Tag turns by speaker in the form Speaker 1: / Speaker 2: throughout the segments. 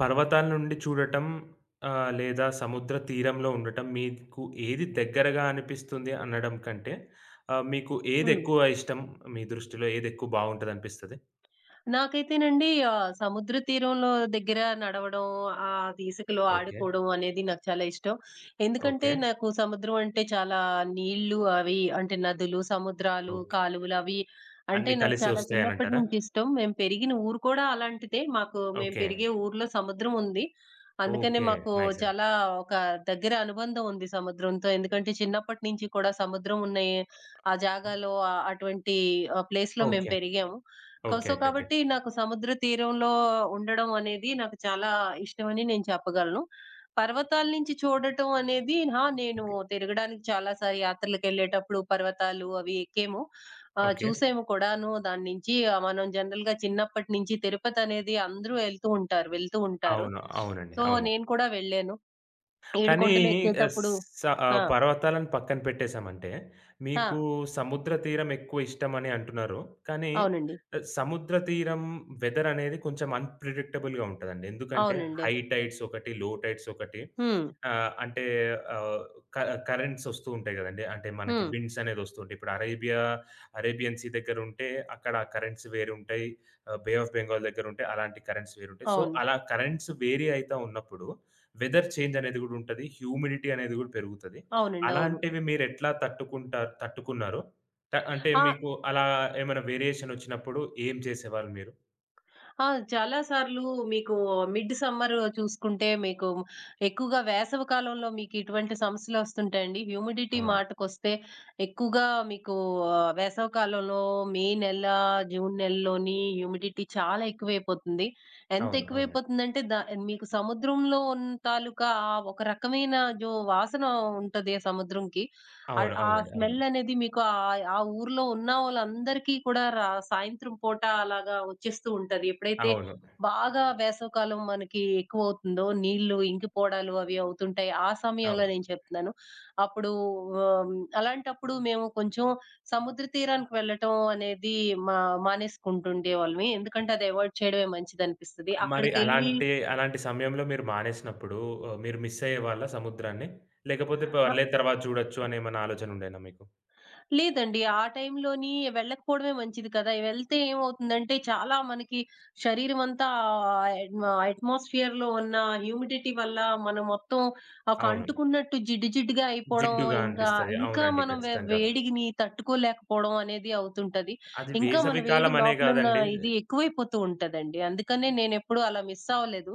Speaker 1: పర్వతాల నుండి చూడటం లేదా సముద్ర తీరంలో ఉండటం మీకు ఏది దగ్గరగా అనిపిస్తుంది అనడం కంటే మీకు ఏది
Speaker 2: హ్మ్.
Speaker 1: ఎక్కువ ఇష్టం? మీ దృష్టిలో ఏది ఎక్కువ బావుంటదనిపిస్తది?
Speaker 2: నాకైతేనండి సముద్ర తీరంలో దగ్గర నడవడం, అది ఇసుకలో
Speaker 1: ఓకే.
Speaker 2: ఆడుకోవడం అనేది నాకు చాలా ఇష్టం. ఎందుకంటే
Speaker 1: ఓకే.
Speaker 2: నాకు సముద్రం అంటే చాలా నీళ్లు అవి అంటే నదులు, సముద్రాలు,
Speaker 1: ఓకే.
Speaker 2: కాలువలు అవి అంటే
Speaker 1: అన్నీ
Speaker 2: నాకు
Speaker 1: కలిసి
Speaker 2: చాలా చిన్నప్పటి
Speaker 1: వస్తాయనంటారా?
Speaker 2: నుంచి ఇష్టం. మేము పెరిగిన ఊరు కూడా అలాంటిదే. మాకు మేము
Speaker 1: ఓకే.
Speaker 2: పెరిగే ఊర్లో సముద్రం ఉంది. అందుకనే
Speaker 1: ఓకే.
Speaker 2: మాకు
Speaker 1: నైస్ అండి.
Speaker 2: చాలా ఒక దగ్గర అనుబంధం ఉంది సముద్రంతో. ఎందుకంటే చిన్నప్పటి నుంచి కూడా సముద్రం ఉన్న ఆ జాగాలో అటువంటి ప్లేస్‌లో మేము
Speaker 1: ఓకే.
Speaker 2: పెరిగాము.
Speaker 1: ఓకే. ఓకే. ఓకే.
Speaker 2: కాబట్టి నాకు సముద్ర తీరంలో ఉండడం అనేది నాకు చాలా ఇష్టమని నేను చెప్పగలను. పర్వతాల నుంచి చూడటం అనేది నేను
Speaker 1: ఓకే.
Speaker 2: తిరగడానికి చాలా సారి యాత్రలకెళ్ళేటప్పుడు పర్వతాలు అవి ఎక్కాము.
Speaker 1: ఓకే.
Speaker 2: చూసాము కూడాను. దాని నుంచి మనం జనరల్‌గా చిన్నప్పటి నుంచి తిరుపతనేది అందరూ వెళ్తూ ఉంటారు.
Speaker 1: అవును. అవునండి.
Speaker 2: సో,
Speaker 1: అవును.
Speaker 2: నేను కూడా వెళ్ళాను.
Speaker 1: కానీ
Speaker 2: ఏడుకొండలు
Speaker 1: ఆహ్,
Speaker 2: ఎక్కేటప్పుడు ఆ!
Speaker 1: పర్వతాలను పక్కన పెట్టేసామంటే,
Speaker 2: ఆ!
Speaker 1: మీకు సముద్ర తీరం ఎక్కువ ఇష్టమని అంటున్నారు. కానీ
Speaker 2: అవునండి.
Speaker 1: సముద్ర తీరం వెదర్ అనేది కొంచెం అన్‌ప్రిడిక్టబుల్‌గా ఉంటదండి. ఎందుకంటే
Speaker 2: అవునండి.
Speaker 1: హై టైడ్స్ ఒకటి, లో టైడ్స్ ఒకటి.
Speaker 2: హ్మ్.
Speaker 1: ఆహ్, అంటే ఆహ్, క కరెంట్స్ వస్తూ ఉంటాయి గదండీ. అంటే మనకి
Speaker 2: హ్మ్.
Speaker 1: విండ్స్ అనేది వస్తూ ఉంటాయి. ఇప్పుడు అరేబియన్ సీ దగ్గర ఉంటే అక్కడ కరెంట్స్ వేరుంటాయి. బే ఆఫ్ బెంగాల్ దగ్గర ఉంటే అలాంటి కరెంట్స్ వేరుంటాయి. సో,
Speaker 2: అవును.
Speaker 1: అలా కరెంట్స్ వేరీ అయితా ఉన్నప్పుడు వెదర్ చేంజ్ అనేది గూడా ఉంటది. హ్యూమిడిటీ అనేది గూడా పెరుగుతది.
Speaker 2: అవునండి. అవును.
Speaker 1: అలాంటివి మీరెట్లా తట్టుకున్నారు? అంటే
Speaker 2: ఆ!
Speaker 1: మీకు అలా ఏమైనా వేరియేషన్ ఒచ్చినప్పుడు ఏం చేసేవాళ్ళు మీరు?
Speaker 2: ఆ! చాలా సార్లు మీకు మిడ్ సమ్మర్ చూసుకుంటే మీకు ఎక్కువగా వేసవి కాలంలో మీకు ఇటువంటి సమస్యలొస్తుంటాయండి. హ్యూమిడిటీ
Speaker 1: అవును.
Speaker 2: మాటకొస్తే ఎక్కువగా మీకు వేసవి కాలంలో మే నెల, జూన్ నెలలోని హ్యూమిడిటీ చాలా ఎక్కువైపోతుంది. ఎంత
Speaker 1: అవును. అవునండి.
Speaker 2: ఎక్కువైపోతుందంటే మీకు సముద్రంలో ఉన్న తాలూకా ఆ ఒక రకమైన వాసన ఉంటది ఆ సముద్రంకి.
Speaker 1: అవును.
Speaker 2: ఆ
Speaker 1: అవునండి. అవును.
Speaker 2: స్మెల్ అనేది మీకు ఆ ఊర్లో ఉన్న వాళ్ళందరికీ కూడా సాయంత్రం పూట అలాగా వచ్చేస్తూ ఉంటది. ఎప్పుడైతే
Speaker 1: అవును.
Speaker 2: బాగా వేసవికాలం మనకి ఎక్కువవుతుందో, నీళ్లు ఇంకిపోవడాలు అవి అవుతుంటాయి. ఆ సమయంలో
Speaker 1: అవును.
Speaker 2: నేను చెప్తున్నాను. అప్పుడు ఆహ్, అలాంటప్పుడు మేము కొంచెం సముద్ర తీరానికి వెళ్ళటం అనేది మా మానేసుకుంటుండేవాళ్ళమి. ఎందుకంటే అది అవాయిడ్ చేయడమే మంచిదనిపిస్తది.
Speaker 1: మరి
Speaker 2: అక్కడికెళ్ళి
Speaker 1: అలాంటి అలాంటి సమయంలో మీరు మానేసినప్పుడు మీరు మిస్ అయ్యేవాళ్ళా సముద్రాన్ని? లేకపోతే
Speaker 2: ఆ!
Speaker 1: పర్లేదు తర్వాత చూడొచ్చు అనేమన్నా ఆలోచన ఉండేనా మీకు?
Speaker 2: లేదండి. ఆ టైంలోని వెళ్ళకపోవడమే మంచిది కదా! వెళ్తే ఏమవుతుందంటే చాలా మనకి శరీరం అంతా ఆహ్, అట్మ అట్మాస్ఫియర్‌లో ఉన్న హ్యూమిడిటీ వల్ల మనం మొత్తం ఒక
Speaker 1: అవును.
Speaker 2: అంటుకున్నట్టు జిడ్డు జిడ్డుగా అయిపోవడం,
Speaker 1: జిడ్డుగా
Speaker 2: ఇంకా
Speaker 1: అనిపిస్తది.
Speaker 2: ఇంకా
Speaker 1: అవునండి.
Speaker 2: మనం
Speaker 1: ఖచ్చితంగా.
Speaker 2: వేడిని తట్టుకోలేకపోవడం అనేది అవుతుంటది.
Speaker 1: అది
Speaker 2: ఇంకా మన
Speaker 1: వేసవి
Speaker 2: వేడి
Speaker 1: కాలం అనే
Speaker 2: లోపలున్న
Speaker 1: గాదండి.
Speaker 2: ఇది ఎక్కువైపోతూ ఉంటదండి. అందుకనే నేనెప్పుడూ అలా మిస్ అవ్వలేదు.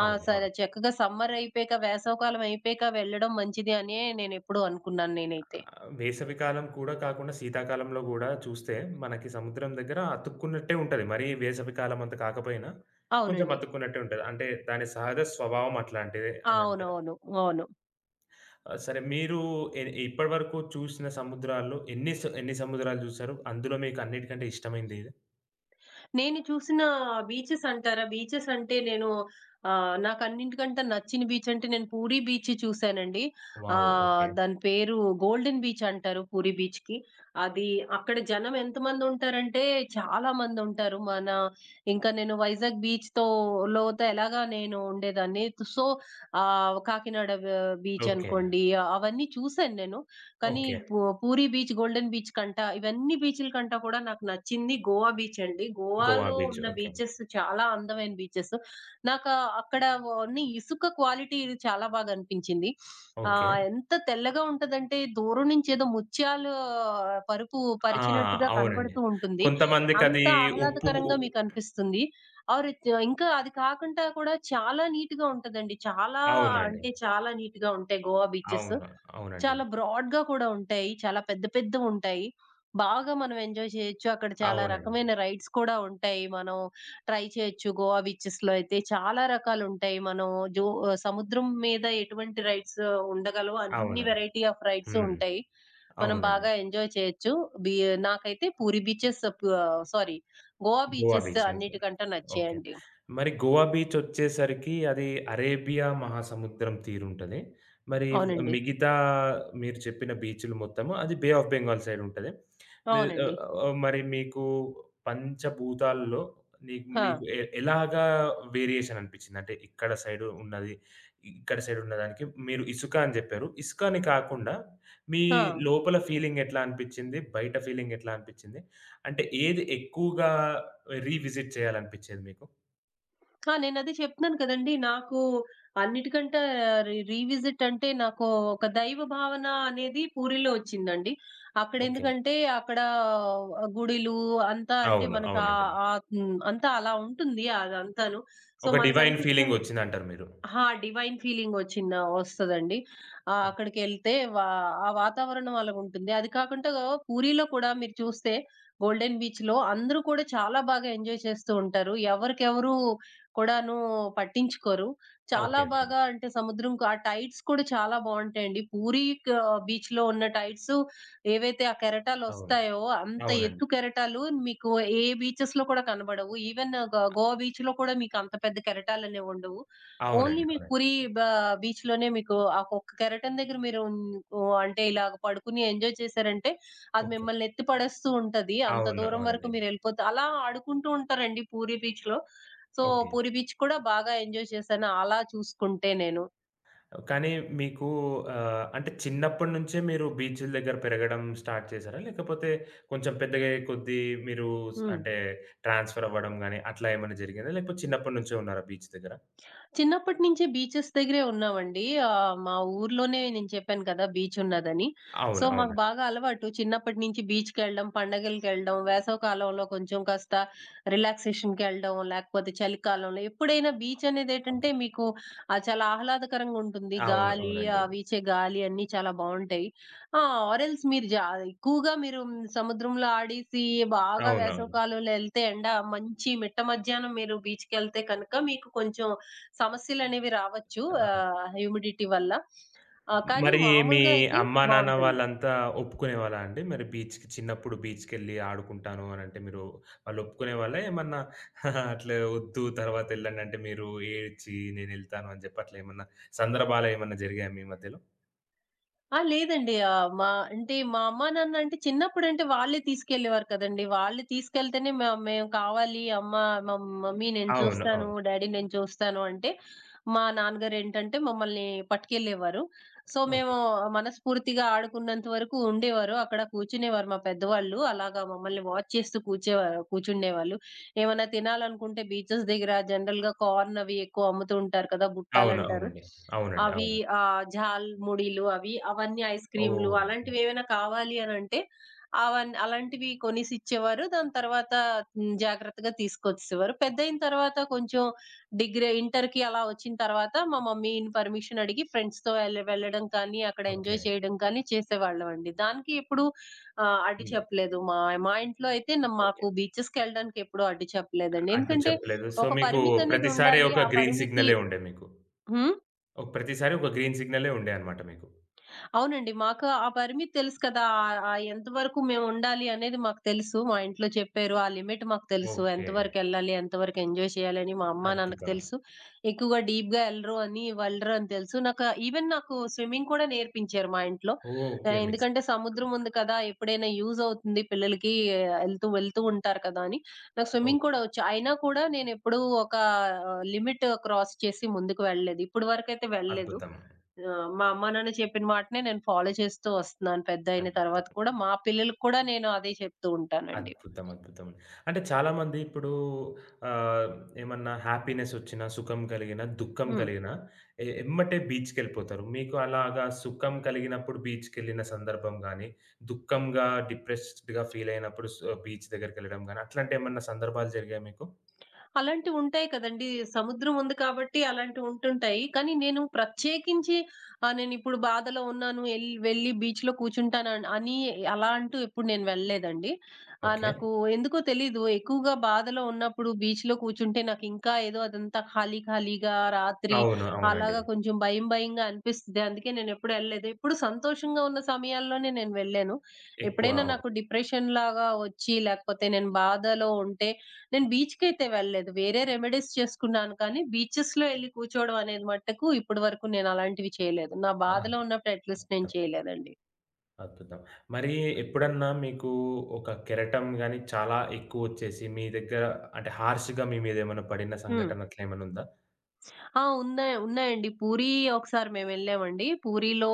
Speaker 1: అవును. అవును.
Speaker 2: సరే చక్కగా సమ్మర్ అయిపోయాక, వేసవికాలం అయిపోయాక వెళ్ళడం మంచిది అనే నేనెప్పుడూ అనుకున్నాను నేనైతే.
Speaker 1: వేసవికాలం కూడా కాకుండా శీతాకాలంలో గూడా చూస్తే మనకి సముద్రం దగ్గర అతుక్కున్నట్టే ఉంటది. మరీ వేసవికాలం అంత కాకపోయినా కొంచెం
Speaker 2: అవునండి.
Speaker 1: అతుక్కున్నట్టే ఉంటది. అంటే దాని సహజ స్వభావం అట్లాంటిదే అని అంటారు.
Speaker 2: అవునవును. అవును.
Speaker 1: సరే మీరు ఇప్పటి వరకు చూసిన సముద్రాల్లో ఎన్ని సముద్రాలు చూసారు? అందులో మీకు అన్నిటికంటే ఇష్టమైంది ఏది?
Speaker 2: నేను చూసిన బీచెస్ అంటారా? బీచెస్ అంటే నేను నాకన్నిటికంటే నచ్చిన బీచ్ అంటే నేను పూరీ బీచ్ చూసానండి.
Speaker 1: వావ్! ఓకే.
Speaker 2: దాని పేరు గోల్డెన్ బీచ్ అంటారు పూరీ బీచ్‌కి. అది అక్కడ జనం ఎంతమందుంటారంటే చాలా మందుంటారు. మన ఇంకా నేను వైజాగ్ బీచ్‌తో లోతో ఎలాగా నేను ఉండేదాన్ని. So, Kakinada beach
Speaker 1: okay.
Speaker 2: అనుకోండి అవన్నీ చూసాను నేను. కానీ
Speaker 1: ఓకే.
Speaker 2: పూ పూరీ బీచ్, గోల్డెన్ బీచ్ కంట, ఇవన్నీ బీచ్‌ల కంట కూడా నాకు నచ్చింది గోవా బీచ్ అండి.
Speaker 1: గోవా
Speaker 2: గోవాలో
Speaker 1: బీచ్.
Speaker 2: ఉన్న
Speaker 1: ఓకే.
Speaker 2: బీచెస్ చాలా అందమైన బీచెస్. నాకు ఆ అక్కడ ఓన్లీ ఇసుక క్వాలిటీ చాలా బాగా అనిపించింది.
Speaker 1: ఓకే.
Speaker 2: ఎంత తెల్లగా ఉంటదంటే దూరం నుంచి ఏదో ముత్యాలు పరుపు
Speaker 1: ఆ!
Speaker 2: పరిచినట్టుగా
Speaker 1: అవునండి.
Speaker 2: కనపడుతూ ఉంటుంది. అంత
Speaker 1: కొంతమందికది ఉప్పు ఉ
Speaker 2: ఆహ్లాదకరంగా మీకనిపిస్తుంది. ఆర్ ఇంకా అది కాకుండా కూడా చాలా నీట్‌గా ఉంటదండి. చాలా
Speaker 1: అవునండి.
Speaker 2: అంటే చాలా నీట్‌గా ఉంటాయి గోవా బీచెస్.
Speaker 1: అవును. అవునండి.
Speaker 2: చాలా బ్రాడ్‌గా కూడా ఉంటాయి. చాలా పెద్ద పెద్దవుంటాయి. బాగా మనం ఎంజాయ్ చేయొచ్చు. అక్కడ చాలా
Speaker 1: అవునండి.
Speaker 2: రకమైన రైడ్స్ కూడా ఉంటాయి. మనం ట్రై చేయొచ్చు. గోవా బీచెస్‌లో అయితే చాలా రకాలుంటాయి. మనం సముద్రం మీద ఎటువంటి రైడ్స్ ఉండగలవో అన్ని
Speaker 1: అవునండి.
Speaker 2: వెరైటీ ఆఫ్ రైడ్స్
Speaker 1: హ్మ్.
Speaker 2: ఉంటాయి. మనం
Speaker 1: అవునండి.
Speaker 2: బాగా ఎంజాయ్ చేయొచ్చు. బి నాకైతే పూరి బీచెస్ పు ah, sorry Goa
Speaker 1: Goa
Speaker 2: beaches
Speaker 1: beach అంతే.
Speaker 2: అన్నిటికంటే
Speaker 1: ఓకే.
Speaker 2: నచ్చాయండి.
Speaker 1: మరి గోవా బీచొచ్చేసరికి అది అరేబియా మహాసముద్రం తీరుంటది. మరి
Speaker 2: అవునండి.
Speaker 1: మిగతా మీరు చెప్పిన బీచులు మొత్తము అది బే ఆఫ్ బెంగాల్ సైడుంటది. మీ
Speaker 2: అవునండి.
Speaker 1: ఆహ్, మరి మీకు పంచభూతాల్లో మీకు
Speaker 2: ఆ!
Speaker 1: ఎలాగా వేరియేషన్ అనిపిచ్చింది? అంటే ఇక్కడ సైడు ఉన్నది, ఇక్కడ సైడ్ ఉన్నదానికి మీరు ఇసుక అని జెప్పారు. ఇసుక అని కాకుండా మీ
Speaker 2: ఆ!
Speaker 1: లోపల ఫీలింగ్ ఎట్లా అనిపిచ్చింది? బయట ఫీలింగ్ ఎట్లా అనిపిచ్చింది? అంటే ఏది ఎక్కువగా రీవిజిట్ చేయాలనిపిచ్చేది మీకు?
Speaker 2: ఆ! నేనదే చెప్తున్నాను కదండీ. నాకు అన్నిటికంటే రీవిజిట్ అంటే నాకు ఒక దైవ భావన అనేది పూరిలో వచ్చిందండి.
Speaker 1: ఓకే.
Speaker 2: అక్కడెందుకంటే అక్కడ గుడిలు అంతా అంటే
Speaker 1: అవును.
Speaker 2: మనకు
Speaker 1: అవునండి.
Speaker 2: ఆహ్, ఆహ్, హ్మ్. అంతా అలా ఉంటుంది అదంతాను. సో,
Speaker 1: ఒక డివైన్
Speaker 2: మనకనిపిస్తుంది
Speaker 1: ఫీలింగొచ్చిందంటారు మీరు.
Speaker 2: అహా! డివైన్ ఫీలింగొచ్చిన వస్తదండి.
Speaker 1: ఓకే.
Speaker 2: అక్కడికెళ్తే ఆ వాతావరణం అలాగుంటుంది. అది కాకుండా పూరీలో కూడా మీరు చూస్తే గోల్డెన్ బీచ్‌లో అందరూ కూడా చాలా బాగా ఎంజాయ్ చేస్తూ ఉంటారు. ఎవరికెవరు కూడాను పట్టించుకోరు. చాలా
Speaker 1: ఓకే. ఓకే.
Speaker 2: బాగా అంటే సముద్రంకు ఆ టైడ్స్ కూడా చాలా బావుంటాయండి. పూరీ క బీచ్‌లో ఉన్న టైడ్స్ ఏవైతే ఆ
Speaker 1: అవును.
Speaker 2: కెరటాలొస్తాయో అంత
Speaker 1: అవునండి.
Speaker 2: ఎత్తు కెరటాలు మీకు ఏ బీచెస్‌లో కూడా కనబడవు. ఈవెన్ గోవా బీచ్‌లో కూడా మీకు అంత పెద్ద కెరటాలనేవుండవు. ఓన్లీ
Speaker 1: అవునండి.
Speaker 2: మీకు
Speaker 1: అవునండి.
Speaker 2: పూరీ బా బీచ్‌లోనే మీకు ఆ ఒక్క కెరటం దగ్గర మీరు ఓహ్! అంటే ఇలాగ పడుకొని ఎంజాయ్ చేశారంటే, అది
Speaker 1: ఓకే.
Speaker 2: మిమ్మల్ని ఎత్తి పడేస్తూ ఉంటది. అంత
Speaker 1: అవును.
Speaker 2: దూరం వరకు
Speaker 1: అవునండి.
Speaker 2: మీరెళ్ళిపోతే అలా ఆడుకుంటూ ఉంటారండి పూరీ బీచ్‌లో. So,
Speaker 1: okay.
Speaker 2: పూరీ బీచ్ కూడా బాగా ఎంజాయ్ చేశాను అలా చూసుకుంటే నేను.
Speaker 1: కానీ మీకు అంటే చిన్నప్పటి నుంచే మీరు బీచ్‌ల దగ్గర పెరగడం స్టార్ట్ చేసారా? లేకపోతే కొంచెం పెద్దగయ్యే కొద్దీ మీరు
Speaker 2: హ్మ్.
Speaker 1: అంటే ట్రాన్స్‌ఫర్ అవ్వడం గాని అట్లా ఏమైనా జరిగిందా? లేకపోతే చిన్నప్పటి నుంచే ఉన్నారా బీచ్ దగ్గర?
Speaker 2: చిన్నప్పటి నుంచి బీచెస్ దగ్గరే ఉన్నామండి. మా ఊర్లోనే నేను చెప్పాను కదా! బీచ్ ఉన్నదని. సో,
Speaker 1: అవును.
Speaker 2: మాకు
Speaker 1: అవునండి.
Speaker 2: బాగా అలవాటు. చిన్నప్పటి నుంచి బీచ్‌కెళ్ళడం, పండగలకెళ్ళడం, వేసవికాలంలో కొంచెం కాస్త రిలాక్సేషన్‌కెళ్ళడం, లేకపోతే చలికాలంలో ఎప్పుడైనా బీచ్
Speaker 1: ఓకే.
Speaker 2: అనేదేటంటే మీకు చాలా ఆహ్లాదకరంగా ఉంటుంది.
Speaker 1: అవును.
Speaker 2: గాలి, ఆ
Speaker 1: అవునండి.
Speaker 2: వీచే గాలి అన్నీ చాలా బావుంటాయి. ఆ! ఆర్ ఎల్స్ మీరు జా ఎక్కువగా మీరు సముద్రంలో ఆడేసి బాగా
Speaker 1: అవునవును.
Speaker 2: వేసవికాలంలో ఎళ్తే ఎండ మంచి మిట్ట మధ్యాహ్నం మీరు బీచ్‌కెళ్తే కనుక మీకు కొంచెం సమస్యలనేవి రావచ్చు
Speaker 1: ఆ!
Speaker 2: హ్యూమిడిటీ వల్ల. కానీ
Speaker 1: మరి మీ
Speaker 2: మామూలుగా అయితే
Speaker 1: అమ్మా, నాన్న
Speaker 2: బావుంటుంది.
Speaker 1: వాళ్ళంతా ఒప్పుకునేవాళ్ళా అండి? మరి బీచ్‌కి చిన్నప్పుడు బీచ్‌కెళ్ళి ఆడుకుంటాను అనంటే మీరు వాళ్ళు ఒప్పుకునేవాళ్ళా? ఏమన్నా అట్లా వద్దు తర్వాత ఎళ్ళండంటే మీరు ఏడ్చి నేనెళ్తాను అని చెప్పి అట్లా ఏమన్నా సందర్భాలేమన్నా జరిగాయా మీ మధ్యలో?
Speaker 2: లేదండి. ఆహ్, మా అంటే మా అమ్మా, నాన్న అంటే చిన్నప్పుడంటే వాళ్ళే తీసుకెళ్ళేవారు కదండీ! వాళ్ళు తీసుకెళ్తేనే మేము కావాలి అమ్మ మమ్ మమ్మీ నేను
Speaker 1: అవును.
Speaker 2: చూస్తాను,
Speaker 1: అవును.
Speaker 2: డ్యాడీ నేను చూస్తాను అంటే, మా నాన్నగారు ఏంటంటే మమ్మల్ని పట్టుకెళ్ళేవారు. So,
Speaker 1: okay.
Speaker 2: మేము మనస్ఫూర్తిగా ఆడుకున్నంత వరకు ఉండేవారు. అక్కడ కూర్చునేవారు మా పెద్దవాళ్ళు. అలాగా మమ్మల్ని వాచ్ చేస్తూ కూర్చుండేవాళ్ళు. ఏమన్నా తినాలనుకుంటే బీచెస్ దగ్గర జనరల్‌గా కార్న్ అవి ఎక్కువ అమ్ముతూ ఉంటారు కదా!
Speaker 1: అవును.
Speaker 2: బుట్టాలంటారు.
Speaker 1: అవునండి. అవునండి.
Speaker 2: అవి
Speaker 1: అవును.
Speaker 2: జాల్ ముడిలు అవి, అవన్నీ ఐస్ క్రీమ్‌లు
Speaker 1: ఓహ్!
Speaker 2: అలాంటివేవైనా కావాలి అనంటే అలాంటివి కొనేసిచ్చేవారు. దాని తర్వాత జాగ్రత్తగా తీసుకొచ్చేసేవారు. పెద్దయిన తర్వాత కొంచెం డిగ్రీ ఇంటర్‌కి అలా వచ్చిన తర్వాత మా మమ్మీ‌ని పర్మిషన్ అడిగి ఫ్రెండ్స్‌తో వెళ్ళడం కానీ, అక్కడ
Speaker 1: ఓకే.
Speaker 2: ఎంజాయ్ చేయడం కానీ చేసేవాళ్ళమండి. దానికి ఎప్పుడు అడ్డు
Speaker 1: హ్మ్.
Speaker 2: చెప్పలేదు. మా మా ఇంట్లో అయితే
Speaker 1: ఓకే.
Speaker 2: మాకు బీచెస్‌కెళ్ళడానికెప్పుడు అడ్డు చెప్పలేదండి.
Speaker 1: అడ్డు
Speaker 2: ఎందుకంటే
Speaker 1: చెప్పలేదు. సో,
Speaker 2: ఒక
Speaker 1: మీకు
Speaker 2: పరిమితనేది
Speaker 1: ప్రతిసారి
Speaker 2: ఉండాలి.
Speaker 1: ఒక
Speaker 2: ఆ
Speaker 1: గ్రీన్
Speaker 2: పరిమితి
Speaker 1: సిగ్నలే ఉండే మీకు.
Speaker 2: హ్మ్.
Speaker 1: ఓహ్! ప్రతిసారి ఒక గ్రీన్ సిగ్నలే ఉండే అన్నమాట మీకు.
Speaker 2: అవునండి. మాకు ఆ పరిమితి తెలుసు కదా! ఆహ్, ఆహ్, ఎంతవరకు మేముండాలి అనేది మాకు తెలుసు. మా ఇంట్లో చెప్పారు. ఆ లిమిట్ మాకు తెలుసు.
Speaker 1: ఓకే.
Speaker 2: ఎంతవరకెళ్ళాలి, ఎంతవరకు ఎంజాయ్ చేయాలని మా అమ్మ, నాన్నకి
Speaker 1: అద్భుతం.
Speaker 2: తెలుసు. ఎక్కువగా డీప్‌గా ఎళ్ళరు అని వెళ్ళరు అని తెలుసు. ఈవెన్ నాకు స్విమ్మింగ్ కూడా నేర్పించారు మా ఇంట్లో.
Speaker 1: ఓకే. మిక్స్.
Speaker 2: ఎందుకంటే సముద్రం ఉంది కదా! ఎప్పుడైనా యూజ్ అవుతుంది పిల్లలకి ఎళ్తూ, వెళ్తూ వెళ్తూ ఉంటారు కదా! అని. నాకు స్విమ్మింగ్
Speaker 1: ఓకే.
Speaker 2: కూడా వచ్చు. అయినా కూడా నేనెప్పుడూ ఒక లిమిట్ క్రాస్ చేసి ముందుకు వెళ్ళలేదు. ఇప్పటి వరకైతే వెళ్ళలేదు.
Speaker 1: అద్భుతం.
Speaker 2: మా అమ్మ, నాన్న చెప్పిన మాటనే నేను ఫాలో చేస్తూ వస్తున్నాను పెద్దయిన
Speaker 1: అద్భుతం.
Speaker 2: తర్వాత కూడా. మా పిల్లలకి కూడా నేను అదే చెప్తూ ఉంటానండి.
Speaker 1: అద్భుతం. అద్భుతం. అంటే చాలామంది ఇప్పుడు ఆహ్, ఏమన్నా హ్యాపీనెస్ ఒచ్చినా, సుఖం కలిగినా, దుఃఖం
Speaker 2: హ్మ్.
Speaker 1: కలిగినా ఎమ్మటే బీచ్‌కెళ్ళిపోతారు. మీకు అలాగా సుఖం కలిగినప్పుడు బీచ్‌కెళ్ళిన సందర్భం గాని, దుఃఖంగా డిప్రెస్డ్‌గా ఫీల్ అయినప్పుడు బీచ్ దగ్గరికెళ్ళడం గాని అట్లాంటి ఏమన్నా సందర్భాలు జరిగాయా మీకు?
Speaker 2: అలాంటివుంటాయి కదండీ. సముద్రం ఉంది కాబట్టి అలాంటివుంటుంటాయి. కానీ నేను ప్రత్యేకించి నేనిప్పుడు బాధలో ఉన్నాను వెళ్లి బీచ్‌లో కూర్చుంటానన్ అని అలా అంటూ ఎప్పుడు నేను వెళ్ళలేదండి.
Speaker 1: ఓకే.
Speaker 2: నాకు ఎందుకో తెలీదు. ఎక్కువగా బాధలో ఉన్నప్పుడు బీచ్‌లో కూర్చుంటే నాకింకా ఏదో అదంతా ఖాళీ ఖాళీగా రాత్రి
Speaker 1: అవును. అవునండి.
Speaker 2: అలాగా కొంచెం భయం భయంగా అనిపిస్తది. అందుకే నేనెప్పుడు ఎళ్ళలేదు. ఎప్పుడు సంతోషంగా ఉన్న సమయాల్లోనే నేను వెళ్ళాను.
Speaker 1: ఎక్కువ.
Speaker 2: ఎప్పుడైనా నాకు
Speaker 1: ఓకే.
Speaker 2: డిప్రెషన్ లాగా వచ్చి లేకపోతే నేను బాధలో ఉంటే నేను బీచ్‌కైతే వెళ్ళలేదు. వేరే రెమెడీస్ చేసుకున్నాను కానీ, బీచెస్‌లో ఎళ్లి కూర్చోవడం అనేది మట్టుకు ఇప్పటి వరకు నేను అలాంటివి చేయలేదు. నా
Speaker 1: ఆ!
Speaker 2: బాధలో ఉన్నప్పుడు అట్‌లీస్ట్ నేను చేయలేదండి.
Speaker 1: అద్భుతం. మరి ఎప్పుడన్నా మీకు ఒక కెరటం గాని చాలా ఎక్కువొచ్చేసి, మీ దగ్గర అంటే హార్ష్‌గా మీ మీద ఏమైనా పడిన
Speaker 2: హ్మ్.
Speaker 1: సంఘటన అట్లా ఏమైనా ఉందా?
Speaker 2: ఉన్నాయి. ఉన్నాయండి. పూరీ ఒకసారి మేమెళ్ళామండి. పూరీలో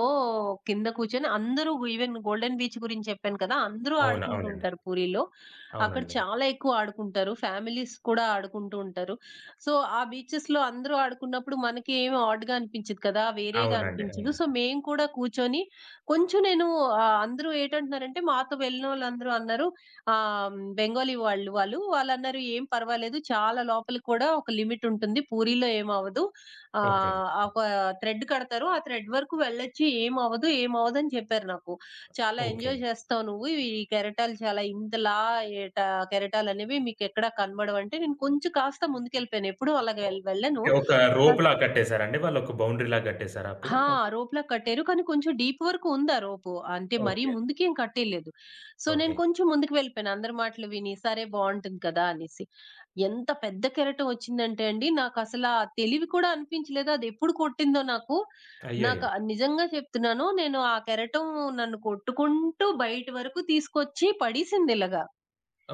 Speaker 2: కింద కూర్చొని అందరూ ఈవెన్ గోల్డెన్ బీచ్ గురించి చెప్పాను కదా! అందరూ
Speaker 1: అవునా?
Speaker 2: ఆడుకుంటూ
Speaker 1: అవునండి.
Speaker 2: ఉంటారు పూరీలో. అక్కడ
Speaker 1: అవునండి.
Speaker 2: చాలా ఎక్కువ ఆడుకుంటారు. ఫ్యామిలీస్ కూడా ఆడుకుంటూ ఉంటారు. సో, ఆ బీచెస్‌లో అందరూ ఆడుకున్నప్పుడు మనకి ఏమి ఆడ్‌గా అనిపించదు కదా! వేరేగా
Speaker 1: అవునండి.
Speaker 2: అనిపించదు.
Speaker 1: అవునండి.
Speaker 2: సో, మేము కూడా కూర్చొని కొంచెం నేను అందరూ ఏటంటున్నారంటే మాతో వెళ్ళినోళ్ళందరూ అన్నారు బెంగాలీ వాళ్ళు, వాళ్ళు వాళ్ళన్నారు "ఏం పర్వాలేదు. చాలా లోపలికి కూడా ఒక లిమిట్ ఉంటుంది. పూరీలో ఏమవ్వదు.
Speaker 1: ఓకే.
Speaker 2: ఒక థ్రెడ్ కడతారు. ఆ థ్రెడ్ వరకు వెళ్ళొచ్చు. ఏమవ్వదు, ఏమవ్వదని చెప్పారు నాకు. చాలా
Speaker 1: ఓకే.
Speaker 2: ఎంజాయ్ చేస్తావు నువ్వు. ఇవి ఈ కెరటాలు చాలా ఇంతలా ఏట కెరటాలనేవి మీకెక్కడా కనబడవు అంటే, నేను కొంచెం కాస్త ముందుకెళ్ళిపోయాను. ఎప్పుడూ అలాగ
Speaker 1: ఓహ్!
Speaker 2: వెళ్ళను.
Speaker 1: ఒక రోప్‌లా కట్టేసారండి? వాళ్ళు ఒక బౌండరీలా కట్టేసారా అప్పుడు?
Speaker 2: ఆ!
Speaker 1: ఓకే.
Speaker 2: రోప్‌లా కట్టారు. కానీ కొంచెం డీప్ వరకు ఉంది ఆ రోపు. అంటే మరీ
Speaker 1: ఓకే.
Speaker 2: ముందుకేం కట్టేయలేదు. So,
Speaker 1: okay.
Speaker 2: నేను కొంచెం ముందుకు వెళ్ళిపోయాను. అందరి మాటలు విని, సరే బావుంటుంది కదా! అనేసి. ఎంత పెద్ద కెరటం వచ్చిందంటే అండి, నాకసల ఆ తెలివి కూడా అనిపించలేదు. అది ఎప్పుడు కొట్టిందో నాకు. నాకు
Speaker 1: అయ్యయ్యో!
Speaker 2: నిజంగా చెప్తున్నాను. నేను ఆ కెరటం నన్ను కొట్టుకుంటూ బయట వరకు తీసుకొచ్చి పడేసింది ఇలాగా.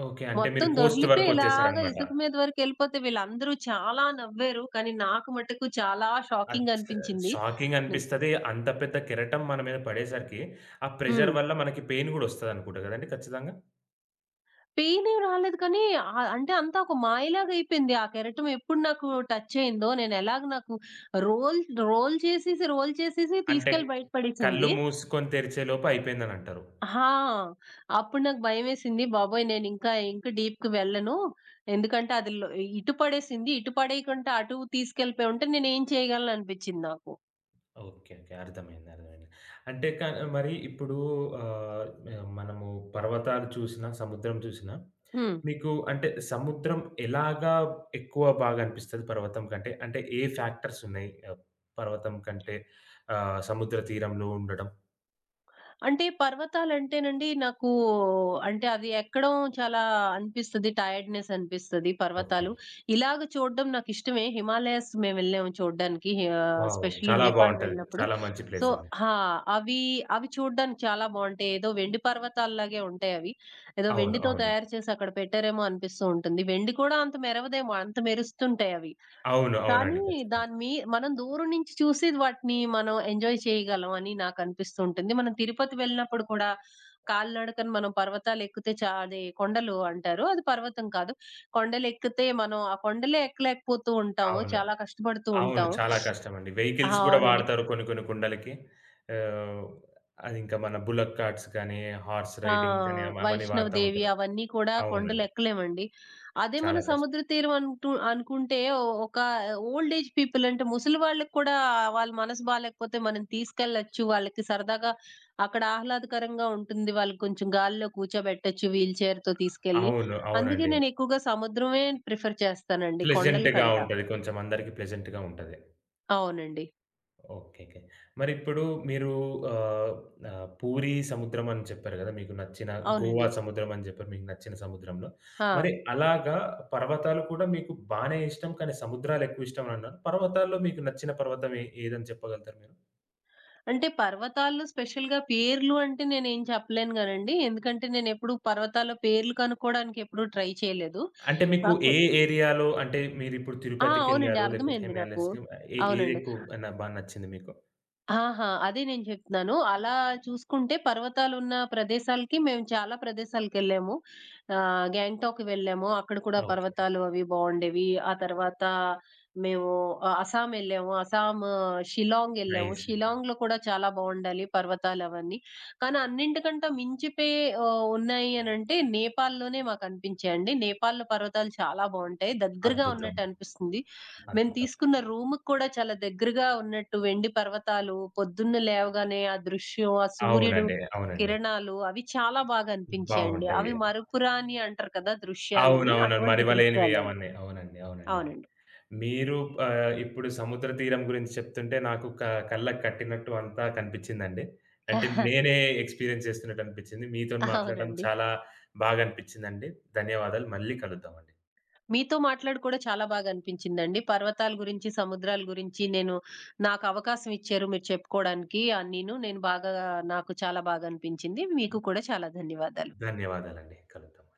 Speaker 1: ఓకే. అంటే మీరు
Speaker 2: మొత్తం
Speaker 1: కోస్ట్
Speaker 2: దొర్లిపోయి ఇలాగా
Speaker 1: వరకొచ్చేసారనమాట.
Speaker 2: ఇసుక మీద వరకు ఎళ్ళిపోతే వీళ్ళందరూ చాలా నవ్వారు. కానీ నాకు మటుకు చాలా
Speaker 1: అది
Speaker 2: షాకింగ్
Speaker 1: చ
Speaker 2: అనిపించింది.
Speaker 1: షాకింగ్
Speaker 2: హ్మ్.
Speaker 1: అనిపిస్తది. అంత పెద్ద కెరటం మన మీద పడేసరికి, ఆ ప్రెషర్
Speaker 2: హ్మ్.
Speaker 1: వల్ల మనకి పెయిన్ గూడా ఒస్తదనుకుంటా గదండీ ఖచ్చితంగా?
Speaker 2: పెయినేం రాలేదు కానీ, అంటే అంతా ఒక మాయలాగా అయిపోయింది. ఆ కెరటం ఎప్పుడు నాకు టచ్ అయిందో, నేను ఎలాగ నాకు రోల్, రోల్ చేసేసి, రోల్ చేసేసి
Speaker 1: అంటే
Speaker 2: తీసుకెళ్ళి బయట
Speaker 1: కళ్ళు
Speaker 2: పడేసింది.
Speaker 1: మూసుకొని తెరిచేలోపు అయిపోయిందనంటారు.
Speaker 2: ఆ! అప్పుడు నాకు భయమేసింది. బాబోయ్! నేను ఇంకా, ఇంకా డీప్‌కి వెళ్ళను. ఎందుకంటే అది ఇటు పడేసింది. ఇటు పడేయకుండా అటు తీసుకెళ్ళిపోయి ఉంటే నేనేం చేయగలను అనిపించింది నాకు.
Speaker 1: ఓకే. ఓకే. అర్థమైంది. అర్థమైంది. అంటే క మరి ఇప్పుడు ఆహ్, మనము పర్వతాలు చూసినా, సముద్రం చూసినా
Speaker 2: హ్మ్.
Speaker 1: మీకు అంటే సముద్రం ఎలాగా ఎక్కువ బాగా అనిపిస్తది పర్వతం కంటే? అంటే ఏ ఫ్యాక్టర్స్ ఉన్నాయి? పర్వతం కంటే సముద్ర తీరంలో ఉండడం?
Speaker 2: అంటే పర్వతాలంటేనండి నాకు అంటే అవి ఎక్కడం చాలా అనిపిస్తది. టైర్డ్‌నెస్ అనిపిస్తది
Speaker 1: ఓకే.
Speaker 2: పర్వతాలు. ఇలాగ చూడడం నాకిష్టమే. హిమాలయాస్ మేమెళ్ళాము చూడడానికి.
Speaker 1: వావ్!
Speaker 2: స్పెషల్లీ
Speaker 1: చాలా
Speaker 2: నేపాల్
Speaker 1: బావుంటది.
Speaker 2: వెళ్ళినప్పుడు.
Speaker 1: చాలా మంచి
Speaker 2: సో
Speaker 1: ప్లేస్ అండి.
Speaker 2: ఆ! అవి అవి చూడడానికి చాలా బావుంటాయి. ఏదో వెండి పర్వతాల్లాగే ఉంటాయవి. ఏదో
Speaker 1: అవును.
Speaker 2: వెండితో
Speaker 1: అవును.
Speaker 2: తయారు చేసి అక్కడ పెట్టారేమో అనిపిస్తూ ఉంటుంది. వెండి కూడా అంత మెరవదేమో అంత మెరుస్తుంటాయవి.
Speaker 1: అవును.
Speaker 2: కానీ
Speaker 1: అవునండి. ఖచ్చితంగా.
Speaker 2: దాని మీ మనం దూరం నుంచి చూసి వాటిని మనం ఎంజాయ్ చేయగలం అని నాకనిపిస్తూ ఉంటుంది. మనం తిరుపతి వెళ్ళినప్పుడు కూడా కాలినడకన మనం పర్వతాలు ఎక్కితే అది కొండలు అంటారు. అది పర్వతం కాదు. కొండలు ఎక్కితే మనం ఆ కొండలే ఎక్కలేకపోతూ ఉంటాము.
Speaker 1: అవును.
Speaker 2: చాలా కష్టపడుతూ
Speaker 1: అవును.
Speaker 2: ఉంటాం.
Speaker 1: చాలా కష్టమండి.
Speaker 2: ఆ!
Speaker 1: వెహికల్స్ గూడా
Speaker 2: అవునండి.
Speaker 1: వాడతారు కొన్ని కొన్ని కుండలకి. ఆహ్, అదింకా మన బుల్లక్ కార్ట్స్ కానీ, హార్స్
Speaker 2: ఆ!
Speaker 1: రైడింగ్ కానీ అవన్నీ
Speaker 2: వైష్ణవ్
Speaker 1: వాడతా
Speaker 2: దేవి
Speaker 1: ఉంటారు.
Speaker 2: అవన్నీ కూడా కొండలు
Speaker 1: అవునండి.
Speaker 2: ఎక్కలేమండి. అదే మన
Speaker 1: చాలా కష్టం.
Speaker 2: సముద్ర తీరం అంటూ అనుకుంటే ఒక ఓల్డ్ ఏజ్ పీపుల్ అంటే ముసలి వాళ్ళకి కూడా వాళ్ళ మనసు బాలేకపోతే మనం తీసుకెళ్ళొచ్చు. వాళ్ళకి సరదాగా అక్కడ ఆహ్లాదకరంగా ఉంటుంది. వాళ్ళకి కొంచెం గాలిలో కూర్చోబెట్టొచ్చు వీల్ చైర్‌తో తీసుకెళ్ళి.
Speaker 1: అవును.
Speaker 2: అందుకే
Speaker 1: అవునండి.
Speaker 2: నేను ఎక్కువగా సముద్రమే ప్రిఫర్ చేస్తానండి కొండల
Speaker 1: ప్లెజెంట్‌గా
Speaker 2: కంట.
Speaker 1: ఉంటది. కొంచెం అందరికి ప్లెజెంట్‌గా ఉంటది.
Speaker 2: అవునండి.
Speaker 1: ఓకేకే. మరిప్పుడు మీరు ఆహ్, ఆహ్, పూరీ సముద్రం అని చెప్పారు గదా! మీకు నచ్చిన గోవా
Speaker 2: అవునండి.
Speaker 1: సముద్రం అని జెప్పారు మీకు నచ్చిన సముద్రంలో.
Speaker 2: ఆ!
Speaker 1: మరి అలాగా పర్వతాలు కూడా మీకు బానే ఇష్టం, కానీ సముద్రాలెక్కువ ఇష్టమన్నారు. పర్వతాల్లో మీకు నచ్చిన పర్వతం ఏదని చెప్పగలుగుతారు మీరు?
Speaker 2: అంటే పర్వతాల్లో స్పెషల్‌గా పేర్లు అంటే నేనేం చెప్పలేను గానండి. ఎందుకంటే నేనెప్పుడు పర్వతాల పేర్లు కనుక్కోవడానికి ఎప్పుడు ట్రై చేయలేదు.
Speaker 1: అంటే మీకు
Speaker 2: కాకపోతే
Speaker 1: ఏరియాలో అంటే మీరిప్పుడు
Speaker 2: ఆ! అవునండి.
Speaker 1: తిరుపతికెళ్లారు, లేకపోతే
Speaker 2: అర్థమైంది నాకు.
Speaker 1: హిమాలయాస్‌కి
Speaker 2: అవునండి.
Speaker 1: ఏదెక్కువ న బా నచ్చింది మీకు?
Speaker 2: ఆహా! అదే నేను చెప్తున్నాను. అలా చూసుకుంటే పర్వతాలున్న ప్రదేశాలకి మేము చాలా ప్రదేశాలకెళ్ళాము. గ్యాంగ్టాక్ వెళ్ళాము. అక్కడ కూడా
Speaker 1: ఓకే.
Speaker 2: పర్వతాలు అవి బావుండేవి. ఆ తర్వాత మేము అస్సాం ఎళ్ళాము. అస్సాం, షిల్లాంగ్ ఎళ్ళాము.
Speaker 1: నైస్ అండి.
Speaker 2: షిల్లాంగ్‌లో కూడా చాలా బావుండాలి పర్వతాలు అవన్నీ. కానీ అన్నింటికంటే మించిపోయి ఉన్నాయి అనంటే నేపాల్‌లోనే మాకనిపించాయండి. నేపాల్‌లో పర్వతాలు చాలా బావుంటాయి. దగ్గరగా
Speaker 1: అద్భుతం.
Speaker 2: ఉన్నట్టు అనిపిస్తుంది. మేము
Speaker 1: అద్భుతం.
Speaker 2: తీసుకున్న రూమ్‌కి కూడా చాలా దగ్గరగా ఉన్నట్టు వెండి పర్వతాలు, పొద్దున్న లేవగానే ఆ దృశ్యం, ఆ సూర్యుడు
Speaker 1: అవునండి. అవునండి.
Speaker 2: కిరణాలు అవి చాలా బాగా అనిపించాయండి.
Speaker 1: బావుంటాయి.
Speaker 2: అవి మరుపురాని అంటారు కదా! దృశ్యాలని.
Speaker 1: అవునవునండి.
Speaker 2: అటువంటి
Speaker 1: మరివలేనివి
Speaker 2: దృశ్యాలండి.
Speaker 1: అవన్నీ. అవునండి. అవునండి.
Speaker 2: అవునండి.
Speaker 1: మీరు ఇప్పుడు సముద్ర తీరం గురించి చెప్తుంటే నాకు కళ్ళకి కట్టినట్టు అంతా కనిపించిందండి. అంటే నేనే ఎక్స్‌పీరియన్స్ చేస్తున్నట్టు అనిపించింది. మీతోని
Speaker 2: ఆహా,
Speaker 1: మాట్లాడడం
Speaker 2: అవునండి.
Speaker 1: చాలా బాగా అనిపించిందండి. ధన్యవాదాలు. మళ్ళీ కలుద్దామండి.
Speaker 2: మీతో మాట్లాడి కూడా చాలా బాగా అనిపించిందండి. పర్వతాల గురించి, సముద్రాల గురించి నేను నాకు అవకాశం ఇచ్చారు మీరు చెప్పుకోవడానికి. అన్నీను నేను బాగా నాకు చాలా బాగా అనిపించింది. మీకు కూడా చాలా ధన్యవాదాలు.
Speaker 1: ధన్యవాదాలండి. కలుద్దాం.